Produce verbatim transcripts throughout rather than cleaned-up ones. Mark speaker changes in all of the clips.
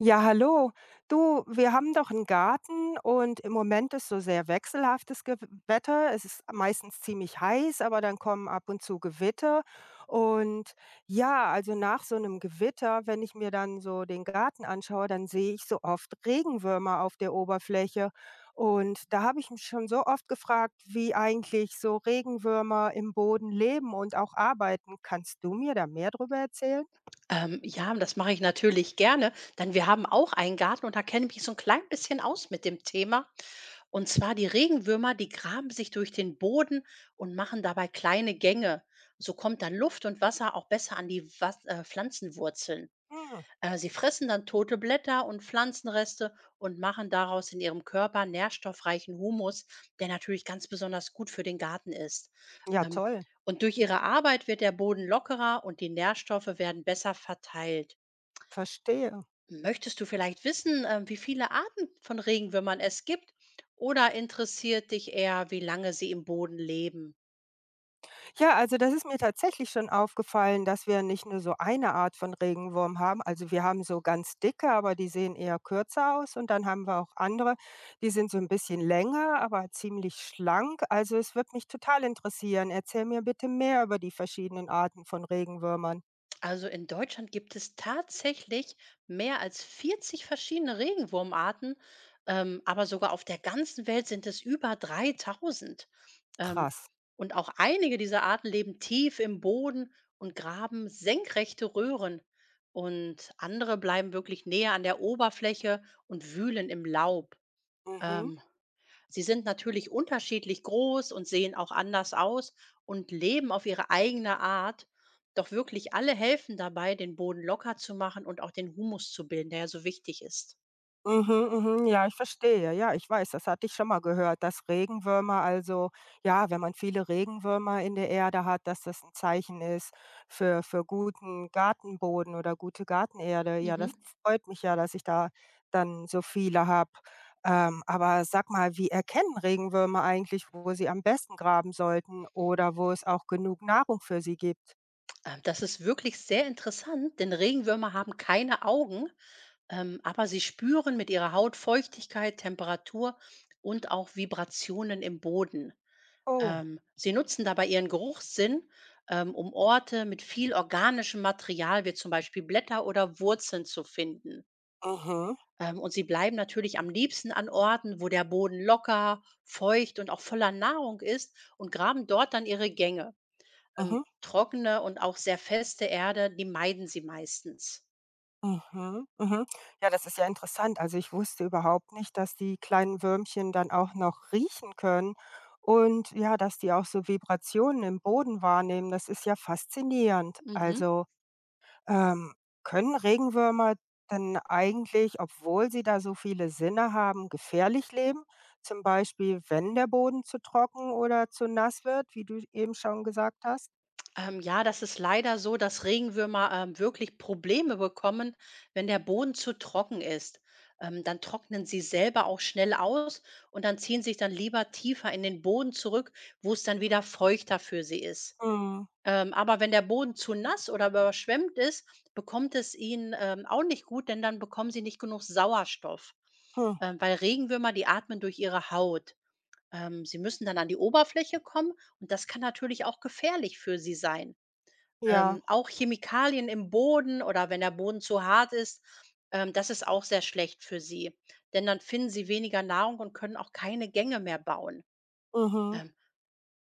Speaker 1: Ja, hallo. Du, wir haben doch einen Garten und im Moment ist so sehr wechselhaftes Gew Wetter. Es ist meistens ziemlich heiß, aber dann kommen ab und zu Gewitter. Und ja, also nach so einem Gewitter, wenn ich mir dann so den Garten anschaue, dann sehe ich so oft Regenwürmer auf der Oberfläche. Und da habe ich mich schon so oft gefragt, wie eigentlich so Regenwürmer im Boden leben und auch arbeiten. Kannst du mir da mehr darüber erzählen?
Speaker 2: Ähm, ja, das mache ich natürlich gerne, denn wir haben auch einen Garten und da kenne ich mich so ein klein bisschen aus mit dem Thema. Und zwar die Regenwürmer, die graben sich durch den Boden und machen dabei kleine Gänge. So kommt dann Luft und Wasser auch besser an die Was äh, Pflanzenwurzeln.
Speaker 1: Hm,
Speaker 2: Äh, sie fressen dann tote Blätter und Pflanzenreste und machen daraus in ihrem Körper nährstoffreichen Humus, der natürlich ganz besonders gut für den Garten ist.
Speaker 1: ja,
Speaker 2: Ähm,
Speaker 1: toll,
Speaker 2: und durch ihre Arbeit wird der Boden lockerer und die Nährstoffe werden besser verteilt.
Speaker 1: verstehe.
Speaker 2: Möchtest du vielleicht wissen, ähm, wie viele Arten von Regenwürmern es gibt? Oder interessiert dich eher, wie lange sie im Boden leben?
Speaker 1: Ja, also das ist mir tatsächlich schon aufgefallen, dass wir nicht nur so eine Art von Regenwurm haben. Also wir haben so ganz dicke, aber die sehen eher kürzer aus. Und dann haben wir auch andere, die sind so ein bisschen länger, aber ziemlich schlank. Also es wird mich total interessieren. Erzähl mir bitte mehr über die verschiedenen Arten von Regenwürmern.
Speaker 2: Also in Deutschland gibt es tatsächlich mehr als vierzig verschiedene Regenwurmarten, ähm, aber sogar auf der ganzen Welt sind es über dreitausend. Ähm,
Speaker 1: Krass.
Speaker 2: und auch einige dieser Arten leben tief im Boden und graben senkrechte Röhren. Und andere bleiben wirklich näher an der Oberfläche und wühlen im Laub.
Speaker 1: Mhm.
Speaker 2: Ähm, Sie sind natürlich unterschiedlich groß und sehen auch anders aus und leben auf ihre eigene Art. Doch wirklich alle helfen dabei, den Boden locker zu machen und auch den Humus zu bilden, der ja so wichtig ist.
Speaker 1: Mhm, mhm. Ja, ich verstehe. Ja, ich weiß, das hatte ich schon mal gehört, dass Regenwürmer also ja, wenn man viele Regenwürmer in der Erde hat, dass das ein Zeichen ist für für guten Gartenboden oder gute Gartenerde. Ja,
Speaker 2: Mhm.
Speaker 1: das freut mich ja, dass ich da dann so viele habe. Ähm, aber sag mal, wie erkennen Regenwürmer eigentlich, wo sie am besten graben sollten oder wo es auch genug Nahrung für sie gibt?
Speaker 2: Ähm, Das ist wirklich sehr interessant, denn Regenwürmer haben keine Augen, ähm, aber sie spüren mit ihrer Haut Feuchtigkeit, Temperatur und auch Vibrationen im Boden.
Speaker 1: Oh.
Speaker 2: Ähm, sie nutzen dabei ihren Geruchssinn, ähm, um Orte mit viel organischem Material, wie zum Beispiel Blätter oder Wurzeln, zu finden.
Speaker 1: Mhm.
Speaker 2: Ähm, und sie bleiben natürlich am liebsten an Orten, wo der Boden locker, feucht und auch voller Nahrung ist und graben dort dann ihre Gänge. Ähm,
Speaker 1: Mhm.
Speaker 2: trockene und auch sehr feste Erde, die meiden sie meistens.
Speaker 1: Mhm, mhm. Ja, das ist ja interessant. Also ich wusste überhaupt nicht, dass die kleinen Würmchen dann auch noch riechen können und ja, dass die auch so Vibrationen im Boden wahrnehmen. Das ist ja faszinierend.
Speaker 2: Mhm.
Speaker 1: Also ähm, können Regenwürmer denn eigentlich, obwohl sie da so viele Sinne haben, gefährlich leben? Zum Beispiel, wenn der Boden zu trocken oder zu nass wird, wie du eben schon gesagt hast?
Speaker 2: Ähm, ja, das ist leider so, dass Regenwürmer ähm, wirklich Probleme bekommen, wenn der Boden zu trocken ist. Ähm, dann trocknen sie selber auch schnell aus und dann ziehen sich dann lieber tiefer in den Boden zurück, wo es dann wieder feuchter für sie ist.
Speaker 1: Mhm.
Speaker 2: Ähm, aber wenn der Boden zu nass oder überschwemmt ist, bekommt es ihnen ähm, auch nicht gut, denn dann bekommen sie nicht genug Sauerstoff.
Speaker 1: Hm.
Speaker 2: Ähm, weil Regenwürmer, die atmen durch ihre Haut. Ähm, sie müssen dann an die Oberfläche kommen und das kann natürlich auch gefährlich für sie sein.
Speaker 1: Ja.
Speaker 2: Ähm, auch Chemikalien im Boden oder wenn der Boden zu hart ist, ähm, das ist auch sehr schlecht für sie, denn dann finden sie weniger Nahrung und können auch keine Gänge mehr bauen.
Speaker 1: Mhm.
Speaker 2: Ähm,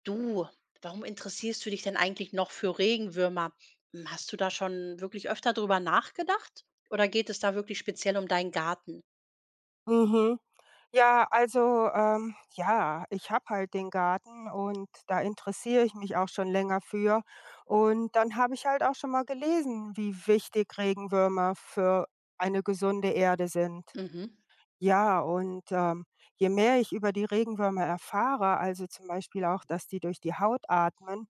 Speaker 2: Du, warum interessierst du dich denn eigentlich noch für Regenwürmer? Hm, hast du da schon wirklich öfter drüber nachgedacht? Oder geht es da wirklich speziell um deinen Garten?
Speaker 1: Mhm. Ja, also, ähm, ja, ich habe halt den Garten und da interessiere ich mich auch schon länger für. Und dann habe ich halt auch schon mal gelesen, wie wichtig Regenwürmer für eine gesunde Erde sind.
Speaker 2: Mhm.
Speaker 1: Ja, und ähm, je mehr ich über die Regenwürmer erfahre, also zum Beispiel auch, dass die durch die Haut atmen,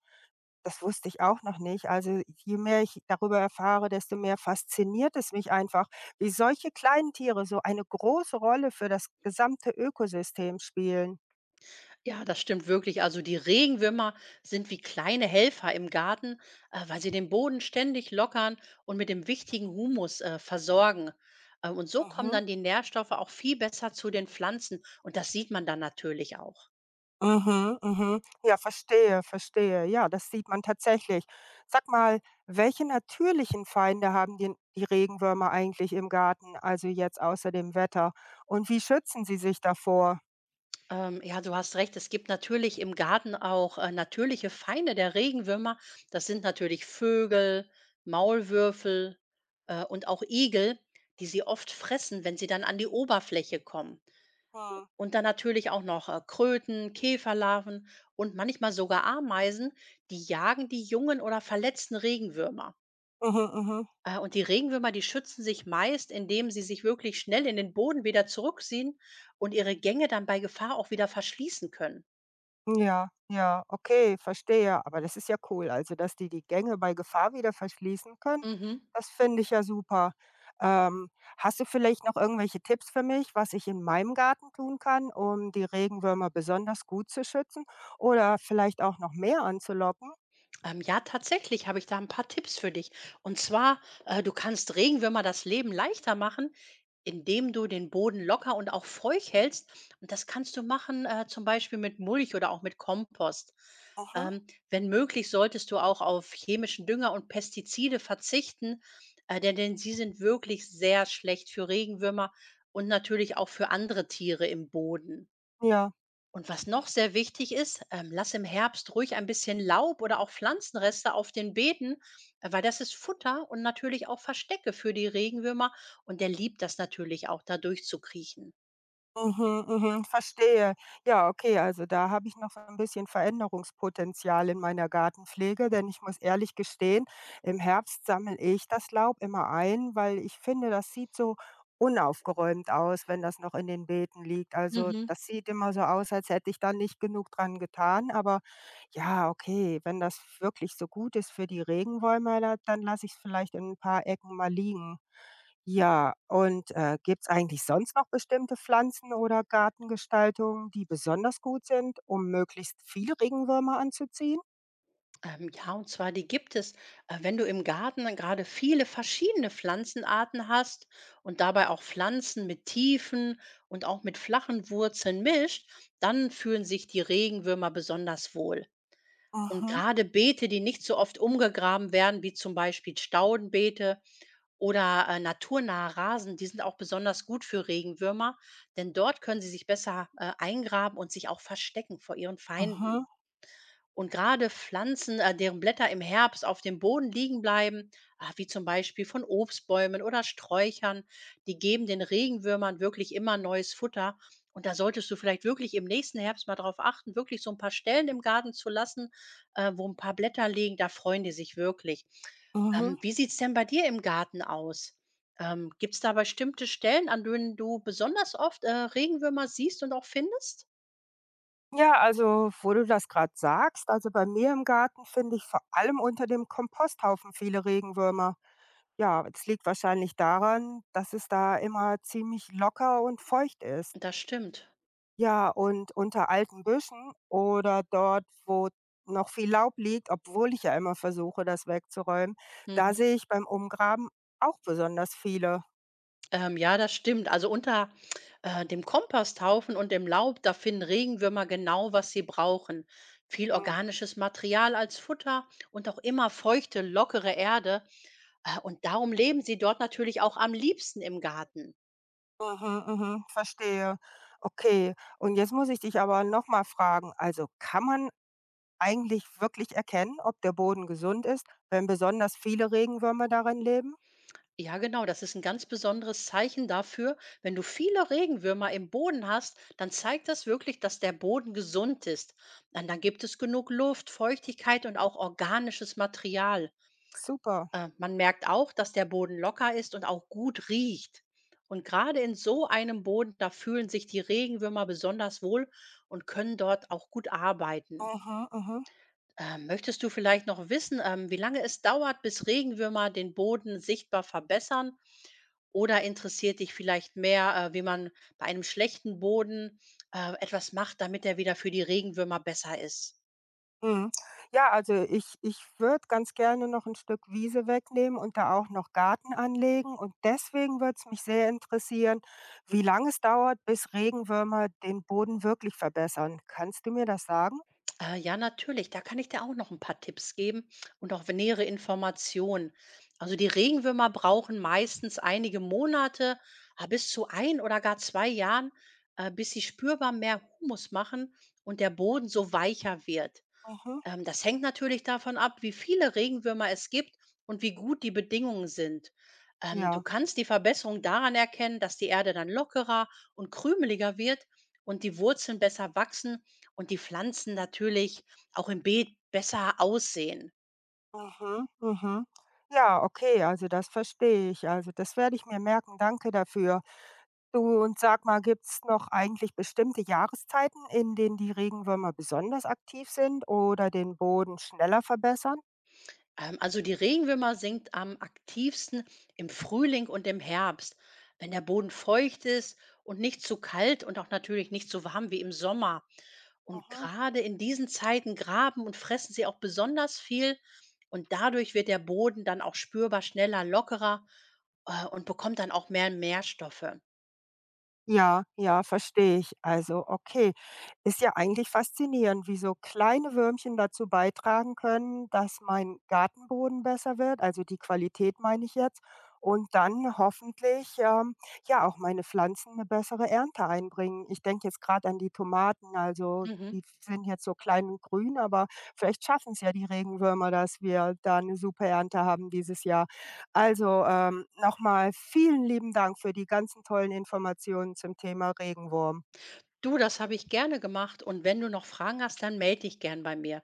Speaker 1: das wusste ich auch noch nicht. Also, je mehr ich darüber erfahre, desto mehr fasziniert es mich einfach, wie solche kleinen Tiere so eine große Rolle für das gesamte Ökosystem spielen.
Speaker 2: Ja, das stimmt wirklich. Also die Regenwürmer sind wie kleine Helfer im Garten, äh, weil sie den Boden ständig lockern und mit dem wichtigen Humus äh, versorgen. Äh, und so kommen
Speaker 1: Mhm.
Speaker 2: dann die Nährstoffe auch viel besser zu den Pflanzen. Und das sieht man dann natürlich auch.
Speaker 1: Mhm, mhm. Ja, verstehe, verstehe. Ja, das sieht man tatsächlich. Sag mal, welche natürlichen Feinde haben die, die Regenwürmer eigentlich im Garten, also jetzt außer dem Wetter? Und wie schützen sie sich davor?
Speaker 2: Ähm, ja, du hast recht. Es gibt natürlich im Garten auch äh, natürliche Feinde der Regenwürmer. Das sind natürlich Vögel, Maulwürfel äh, und auch Igel, die sie oft fressen, wenn sie dann an die Oberfläche kommen.
Speaker 1: Hm.
Speaker 2: Und dann natürlich auch noch äh, Kröten, Käferlarven und manchmal sogar Ameisen, die jagen die jungen oder verletzten Regenwürmer.
Speaker 1: Mhm, mhm.
Speaker 2: Äh, Und die Regenwürmer, die schützen sich meist, indem sie sich wirklich schnell in den Boden wieder zurückziehen und ihre Gänge dann bei Gefahr auch wieder verschließen können.
Speaker 1: Ja, ja, okay, verstehe. Aber das ist ja cool. Also, dass die die Gänge bei Gefahr wieder verschließen können,
Speaker 2: Mhm.
Speaker 1: das finde ich ja super. Ähm, Hast du vielleicht noch irgendwelche Tipps für mich, was ich in meinem Garten tun kann, um die Regenwürmer besonders gut zu schützen oder vielleicht auch noch mehr anzulocken?
Speaker 2: Ähm, ja, tatsächlich habe ich da ein paar Tipps für dich. Und zwar, äh, du kannst Regenwürmer das Leben leichter machen, indem du den Boden locker und auch feucht hältst. Und das kannst du machen, äh, zum Beispiel mit Mulch oder auch mit Kompost.
Speaker 1: Mhm.
Speaker 2: Ähm, wenn möglich, solltest du auch auf chemischen Dünger und Pestizide verzichten, äh, denn denn sie sind wirklich sehr schlecht für Regenwürmer und natürlich auch für andere Tiere im Boden.
Speaker 1: Ja.
Speaker 2: Und was noch sehr wichtig ist, ähm, lass im Herbst ruhig ein bisschen Laub oder auch Pflanzenreste auf den Beeten, äh, weil das ist Futter und natürlich auch Verstecke für die Regenwürmer. Und der liebt das natürlich auch, da durchzukriechen.
Speaker 1: Mhm, mhm, verstehe. Ja, okay, also da habe ich noch ein bisschen Veränderungspotenzial in meiner Gartenpflege, denn ich muss ehrlich gestehen, im Herbst sammle ich das Laub immer ein, weil ich finde, das sieht so unaufgeräumt aus, wenn das noch in den Beeten liegt. Also
Speaker 2: Mhm.
Speaker 1: das sieht immer so aus, als hätte ich da nicht genug dran getan. Aber ja, okay, wenn das wirklich so gut ist für die Regenwürmer, da- dann lasse ich es vielleicht in ein paar Ecken mal liegen. Ja, und, äh, gibt's eigentlich sonst noch bestimmte Pflanzen oder Gartengestaltungen, die besonders gut sind, um möglichst viele Regenwürmer anzuziehen?
Speaker 2: Ähm, ja, und zwar die gibt es, äh, wenn du im Garten dann gerade viele verschiedene Pflanzenarten hast und dabei auch Pflanzen mit tiefen und auch mit flachen Wurzeln mischt, dann fühlen sich die Regenwürmer besonders wohl. Und
Speaker 1: Mhm,
Speaker 2: gerade Beete, die nicht so oft umgegraben werden, wie zum Beispiel Staudenbeete oder, äh, naturnahe Rasen, die sind auch besonders gut für Regenwürmer, denn dort können sie sich besser, äh, eingraben und sich auch verstecken vor ihren Feinden.
Speaker 1: mhm,
Speaker 2: Und gerade Pflanzen, äh, deren Blätter im Herbst auf dem Boden liegen bleiben, ah, wie zum Beispiel von Obstbäumen oder Sträuchern, die geben den Regenwürmern wirklich immer neues Futter. Und da solltest du vielleicht wirklich im nächsten Herbst mal darauf achten, wirklich so ein paar Stellen im Garten zu lassen, äh, wo ein paar Blätter liegen. Da freuen die sich wirklich.
Speaker 1: mhm.
Speaker 2: Ähm, wie sieht's denn bei dir im Garten aus? Ähm, Gibt es da bestimmte Stellen, an denen du besonders oft äh, Regenwürmer siehst und auch findest?
Speaker 1: Ja, also wo du das gerade sagst, also bei mir im Garten finde ich vor allem unter dem Komposthaufen viele Regenwürmer. Ja, es liegt wahrscheinlich daran, dass es da immer ziemlich locker und feucht ist.
Speaker 2: Das stimmt.
Speaker 1: Ja, und unter alten Büschen oder dort, wo noch viel Laub liegt, obwohl ich ja immer versuche, das wegzuräumen, da
Speaker 2: Mhm.
Speaker 1: sehe ich beim Umgraben auch besonders viele.
Speaker 2: Ähm, ja, das stimmt. Also unter äh, dem Komposthaufen und dem Laub, da finden Regenwürmer genau, was sie brauchen. Viel
Speaker 1: Hm.
Speaker 2: organisches Material als Futter und auch immer feuchte, lockere Erde. Äh, und darum leben sie dort natürlich auch am liebsten im Garten.
Speaker 1: Mhm, mhm, verstehe. Okay, und jetzt muss ich dich aber nochmal fragen, also kann man eigentlich wirklich erkennen, ob der Boden gesund ist, wenn besonders viele Regenwürmer darin leben?
Speaker 2: Ja, genau, das ist ein ganz besonderes Zeichen dafür. Wenn du viele Regenwürmer im Boden hast, dann zeigt das wirklich, dass der Boden gesund ist. Dann, dann gibt es genug Luft, Feuchtigkeit und auch organisches Material.
Speaker 1: Super.
Speaker 2: Äh, man merkt auch, dass der Boden locker ist und auch gut riecht. Und gerade in so einem Boden, da fühlen sich die Regenwürmer besonders wohl und können dort auch gut arbeiten.
Speaker 1: Mhm, mhm.
Speaker 2: Äh, möchtest du vielleicht noch wissen, ähm, wie lange es dauert, bis Regenwürmer den Boden sichtbar verbessern? Oder interessiert dich vielleicht mehr, äh, wie man bei einem schlechten Boden äh, etwas macht, damit er wieder für die Regenwürmer besser ist?
Speaker 1: Mhm. Ja, also ich ich würde ganz gerne noch ein Stück Wiese wegnehmen und da auch noch Garten anlegen und deswegen würde es mich sehr interessieren, wie lange es dauert, bis Regenwürmer den Boden wirklich verbessern. Kannst du mir das sagen?
Speaker 2: Äh, ja, natürlich. Da kann ich dir auch noch ein paar Tipps geben und auch w nähere Informationen. Also, die Regenwürmer brauchen meistens einige Monate, ah, bis zu ein oder gar zwei Jahren, äh, bis sie spürbar mehr Humus machen und der Boden so weicher wird.
Speaker 1: Mhm.
Speaker 2: Ähm, das hängt natürlich davon ab, wie viele Regenwürmer es gibt und wie gut die Bedingungen sind. Ähm, du
Speaker 1: Ja.
Speaker 2: kannst die Verbesserung daran erkennen, dass die Erde dann lockerer und krümeliger wird und die Wurzeln besser wachsen und die Pflanzen natürlich auch im Beet besser aussehen.
Speaker 1: Mhm, mhm. Ja, okay, also das verstehe ich. Also das werde ich mir merken. Danke dafür. Du, und sag mal, gibt's noch eigentlich bestimmte Jahreszeiten, in denen die Regenwürmer besonders aktiv sind oder den Boden schneller verbessern?
Speaker 2: Ähm, also die Regenwürmer sinkt am aktivsten im Frühling und im Herbst, wenn der Boden feucht ist und nicht zu kalt und auch natürlich nicht so warm wie im Sommer. Und
Speaker 1: Mhm.
Speaker 2: gerade in diesen Zeiten graben und fressen sie auch besonders viel und dadurch wird der Boden dann auch spürbar schneller lockerer äh, und bekommt dann auch mehr Nährstoffe.
Speaker 1: Ja, ja, verstehe ich. Also, okay. Ist ja eigentlich faszinierend, wie so kleine Würmchen dazu beitragen können, dass mein Gartenboden besser wird, also die Qualität meine ich jetzt, und dann hoffentlich ähm, ja auch meine Pflanzen eine bessere Ernte einbringen. Ich denke jetzt gerade an die Tomaten, also
Speaker 2: Mhm.
Speaker 1: die sind jetzt so klein und grün, aber vielleicht schaffen es ja die Regenwürmer, dass wir da eine super Ernte haben dieses Jahr. Also, ähm, noch vielen lieben Dank für die ganzen tollen Informationen zum Thema Regenwurm.
Speaker 2: Du, das habe ich gerne gemacht und wenn du noch Fragen hast, dann melde dich gern bei mir.